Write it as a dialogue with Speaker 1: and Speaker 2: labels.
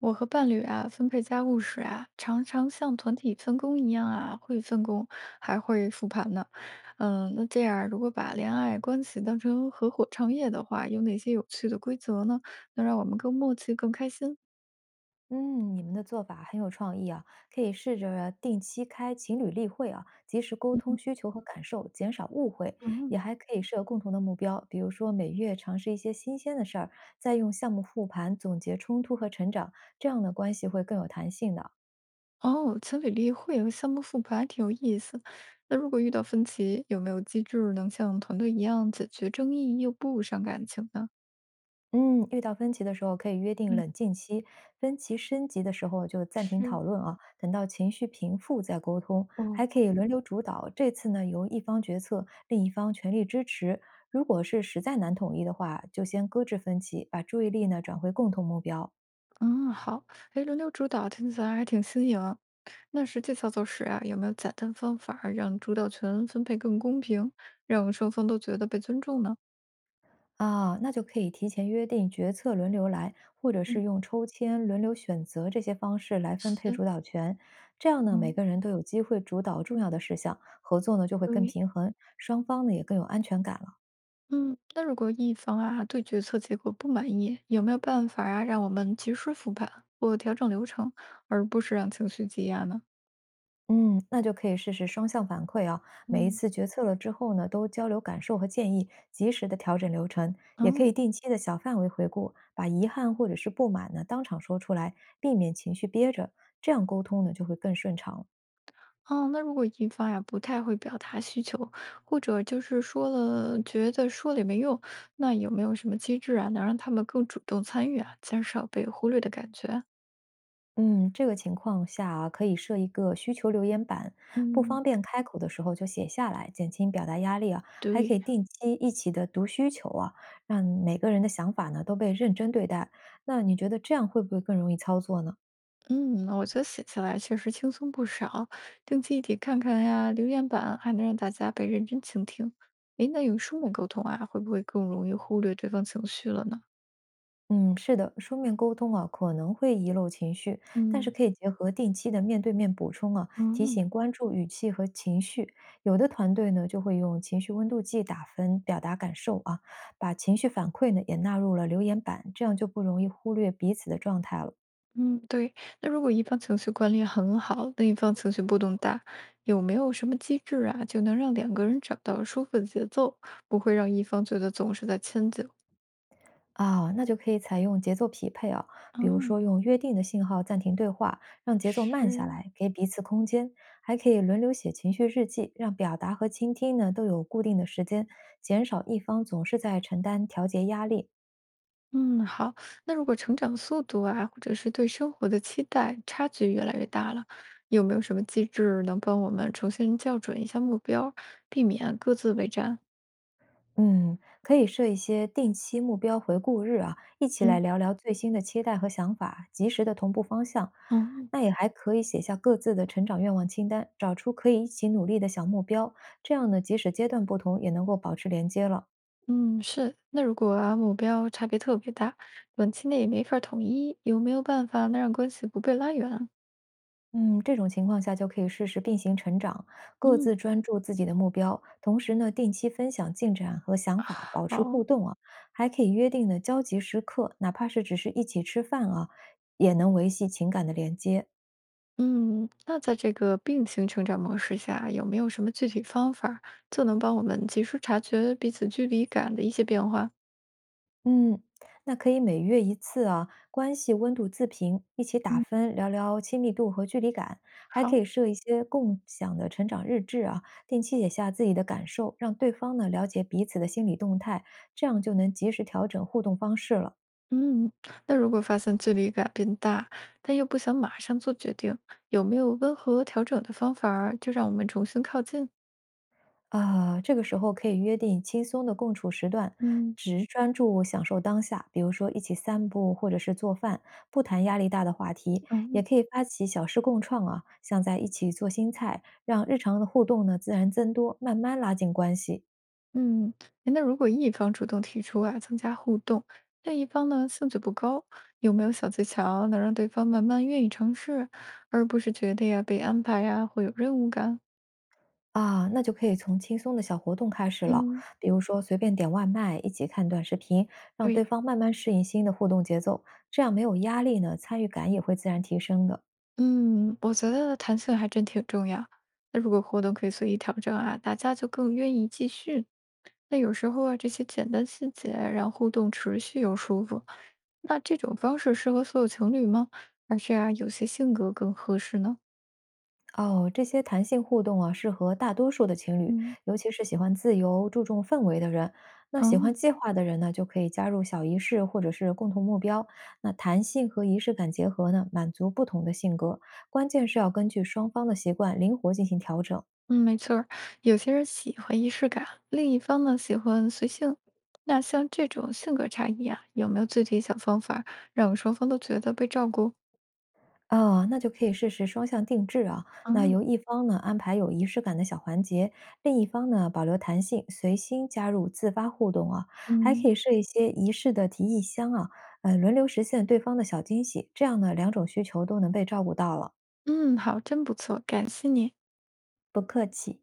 Speaker 1: 我和伴侣啊，分配家务时啊，常常像团体分工一样啊，会分工，还会复盘呢。嗯，那这样如果把恋爱关系当成合伙创业的话，有哪些有趣的规则呢？能让我们更默契、更开心？
Speaker 2: 嗯，你们的做法很有创意啊，可以试着定期开情侣例会啊，及时沟通需求和感受，减少误会，也
Speaker 1: 嗯，
Speaker 2: 还可以设共同的目标，比如说每月尝试一些新鲜的事儿，再用项目复盘总结冲突和成长，这样的关系会更有弹性的啊。
Speaker 1: 哦，情侣例会和项目复盘还挺有意思。那如果遇到分歧，有没有机制能像团队一样解决争议又不伤感情呢？
Speaker 2: 嗯，遇到分歧的时候可以约定
Speaker 1: 嗯，
Speaker 2: 冷静期，分歧升级的时候就暂停
Speaker 1: 是
Speaker 2: 讨论啊，等到情绪平复再沟通，
Speaker 1: 哦，
Speaker 2: 还可以轮流主导。这次呢，由一方决策，另一方全力支持。如果是实在难统一的话，就先搁置分歧，把注意力呢转回共同目标。
Speaker 1: 嗯，好，哎，轮流主导听起来还挺新颖。那实际操作时啊，有没有简单方法儿让主导权分配更公平，让双方都觉得被尊重呢？
Speaker 2: 啊，那就可以提前约定决策轮流来，或者是
Speaker 1: 嗯，
Speaker 2: 用抽签轮流选择这些方式来分配
Speaker 1: 是，
Speaker 2: 主导权。这样呢，每
Speaker 1: 嗯，
Speaker 2: 个人都有机会主导重要的事项，合作呢就会更
Speaker 1: 对，
Speaker 2: 平衡，双方呢也更有安全感了。
Speaker 1: 嗯，那如果一方啊对决策结果不满意，有没有办法啊让我们及时复盘或调整流程，而不是让情绪积压呢？
Speaker 2: 嗯，那就可以试试双向反馈啊，每一
Speaker 1: 嗯
Speaker 2: 次决策了之后呢，都交流感受和建议，及时的调整流程，也可以
Speaker 1: 嗯，
Speaker 2: 定期的小范围回顾，把遗憾或者是不满呢当场说出来，避免情绪憋着，这样沟通呢就会更顺畅了。
Speaker 1: 哦，那如果一方呀不太会表达需求，或者就是说了觉得说了也没用，那有没有什么机制啊能让他们更主动参与啊，减少被忽略的感觉？
Speaker 2: 嗯，这个情况下啊，可以设一个需求留言板，不方
Speaker 1: 嗯，
Speaker 2: 便开口的时候就写下来，减轻表达压力啊。还可
Speaker 1: 对，
Speaker 2: 以定期一起的读需求啊，让每个人的想法呢都被认真对待。那你觉得这样会不会更容易操作呢？
Speaker 1: 嗯，我觉得写下来确实轻松不少。定期一起看看呀，留言板还能让大家被认真倾听。诶，那用书面沟通啊，会不会更容易忽略对方情绪了呢？
Speaker 2: 嗯，是的，书面沟通啊，可能会遗漏情绪，但是
Speaker 1: 嗯
Speaker 2: 可以结合定期的面对面补充啊，提
Speaker 1: 嗯
Speaker 2: 醒关注语气和情绪。有的团队呢，就会用情绪温度计打分，表达感受啊，把情绪反馈呢也纳入了留言板，这样就不容易忽略彼此的状态了。
Speaker 1: 嗯，对。那如果一方情绪管理很好，另一方情绪波动大，有没有什么机制啊，就能让两个人找到舒服的节奏，不会让一方觉得总是在迁就？
Speaker 2: 啊，那就可以采用节奏匹配啊，比如
Speaker 1: 嗯。
Speaker 2: 说用约定的信号暂停对话，让节奏慢下
Speaker 1: 是，
Speaker 2: 来，给彼此空间，还可以轮流写情绪日记，让表达和倾听呢都有固定的时间，减少一方总是在承担调节压力。
Speaker 1: 嗯，好。那如果成长速度啊，或者是对生活的期待差距越来越大了，有没有什么机制能帮我们重新校准一下目标，避免各自为战？
Speaker 2: 嗯，可以设一些定期目标回顾日啊，一起来
Speaker 1: 嗯，
Speaker 2: 聊聊最新的期待和想法，及时的同步方向。
Speaker 1: 嗯
Speaker 2: 那也还可以写下各自的成长愿望清单，找出可以一起努力的小目标，这样呢，即使阶段不同，也能够保持连接了。
Speaker 1: 嗯，是。那如果啊目标差别特别大，短期内也没法儿统一，有没有办法能让关系不被拉远？
Speaker 2: 嗯，这种情况下就可以试试并行成长，各
Speaker 1: 嗯，
Speaker 2: 自专注自己的目标，同时呢，定期分享进展和想法，保持
Speaker 1: 好，
Speaker 2: 互动啊，还可以约定的交集时刻，哪怕是只是一起吃饭啊，也能维系情感的连接。
Speaker 1: 嗯，那在这个并行成长模式下，有没有什么具体方法儿就能帮我们及时察觉彼此距离感的一些变化？
Speaker 2: 嗯，那可以每月一次啊，关系温度自评，一起打
Speaker 1: 嗯。
Speaker 2: 分，聊聊亲密度和距离感，还可
Speaker 1: 好，
Speaker 2: 以设一些共享的成长日志啊，定期写下自己的感受，让对方呢了解彼此的心理动态，这样就能及时调整互动方式了。
Speaker 1: 嗯，那如果发现距离感变大，但又不想马上做决定，有没有温和调整的方法儿就让我们重新靠近？
Speaker 2: 啊，这个时候可以约定轻松的共处时段，
Speaker 1: 嗯，
Speaker 2: 只专注享受当下，比如说一起散步或者是做饭，不谈压力大的话题，也
Speaker 1: 嗯
Speaker 2: 可以发起小事共创啊，像在一起做新菜，让日常的互动呢自然增多，慢慢拉近关系
Speaker 1: 嗯，诶那如果一方主动提出啊，增加互动，另一方呢兴趣不高，有没有小技巧能让对方慢慢愿意尝试，而不是觉得呀被安排呀会有任务感？
Speaker 2: 啊，那就可以从轻松的小活动开始了，
Speaker 1: 嗯，
Speaker 2: 比如说随便点外卖，一起看短视频，让对
Speaker 1: 对，
Speaker 2: 方慢慢适应新的互动节奏，这样没有压力呢，参与感也会自然提升的。
Speaker 1: 嗯，我觉得弹性还真挺重要。那如果活动可以随意调整啊，大家就更愿意继续。那有时候啊，这些简单细节让互动持续又舒服。那这种方式适合所有情侣吗？还是啊，有些性格更合适呢？
Speaker 2: 哦，这些弹性互动啊，适合大多数的情侣，
Speaker 1: 嗯，
Speaker 2: 尤其是喜欢自由、注重氛围的人。那喜欢
Speaker 1: 嗯
Speaker 2: 计划的人呢，就可以加入小仪式或者是共同目标。那弹性和仪式感结合呢，满足不同的性格。关键是要根据双方的习惯灵活进行调整。
Speaker 1: 嗯，没错儿，有些人喜欢仪式感，另一方呢喜欢随性。那像这种性格差异啊，有没有具体小方法儿让双方都觉得被照顾？
Speaker 2: 哦，那就可以试试双向定制啊。那
Speaker 1: 嗯。
Speaker 2: 由一方呢安排有仪式感的小环节，另一方呢保留弹性，随心加入自发互动啊。还可
Speaker 1: 嗯
Speaker 2: 以设一些仪式的提议箱啊，轮流实现对方的小惊喜，这样呢两种需求都能被照顾到了，
Speaker 1: 嗯，好，真不错，感谢你。
Speaker 2: 不客气。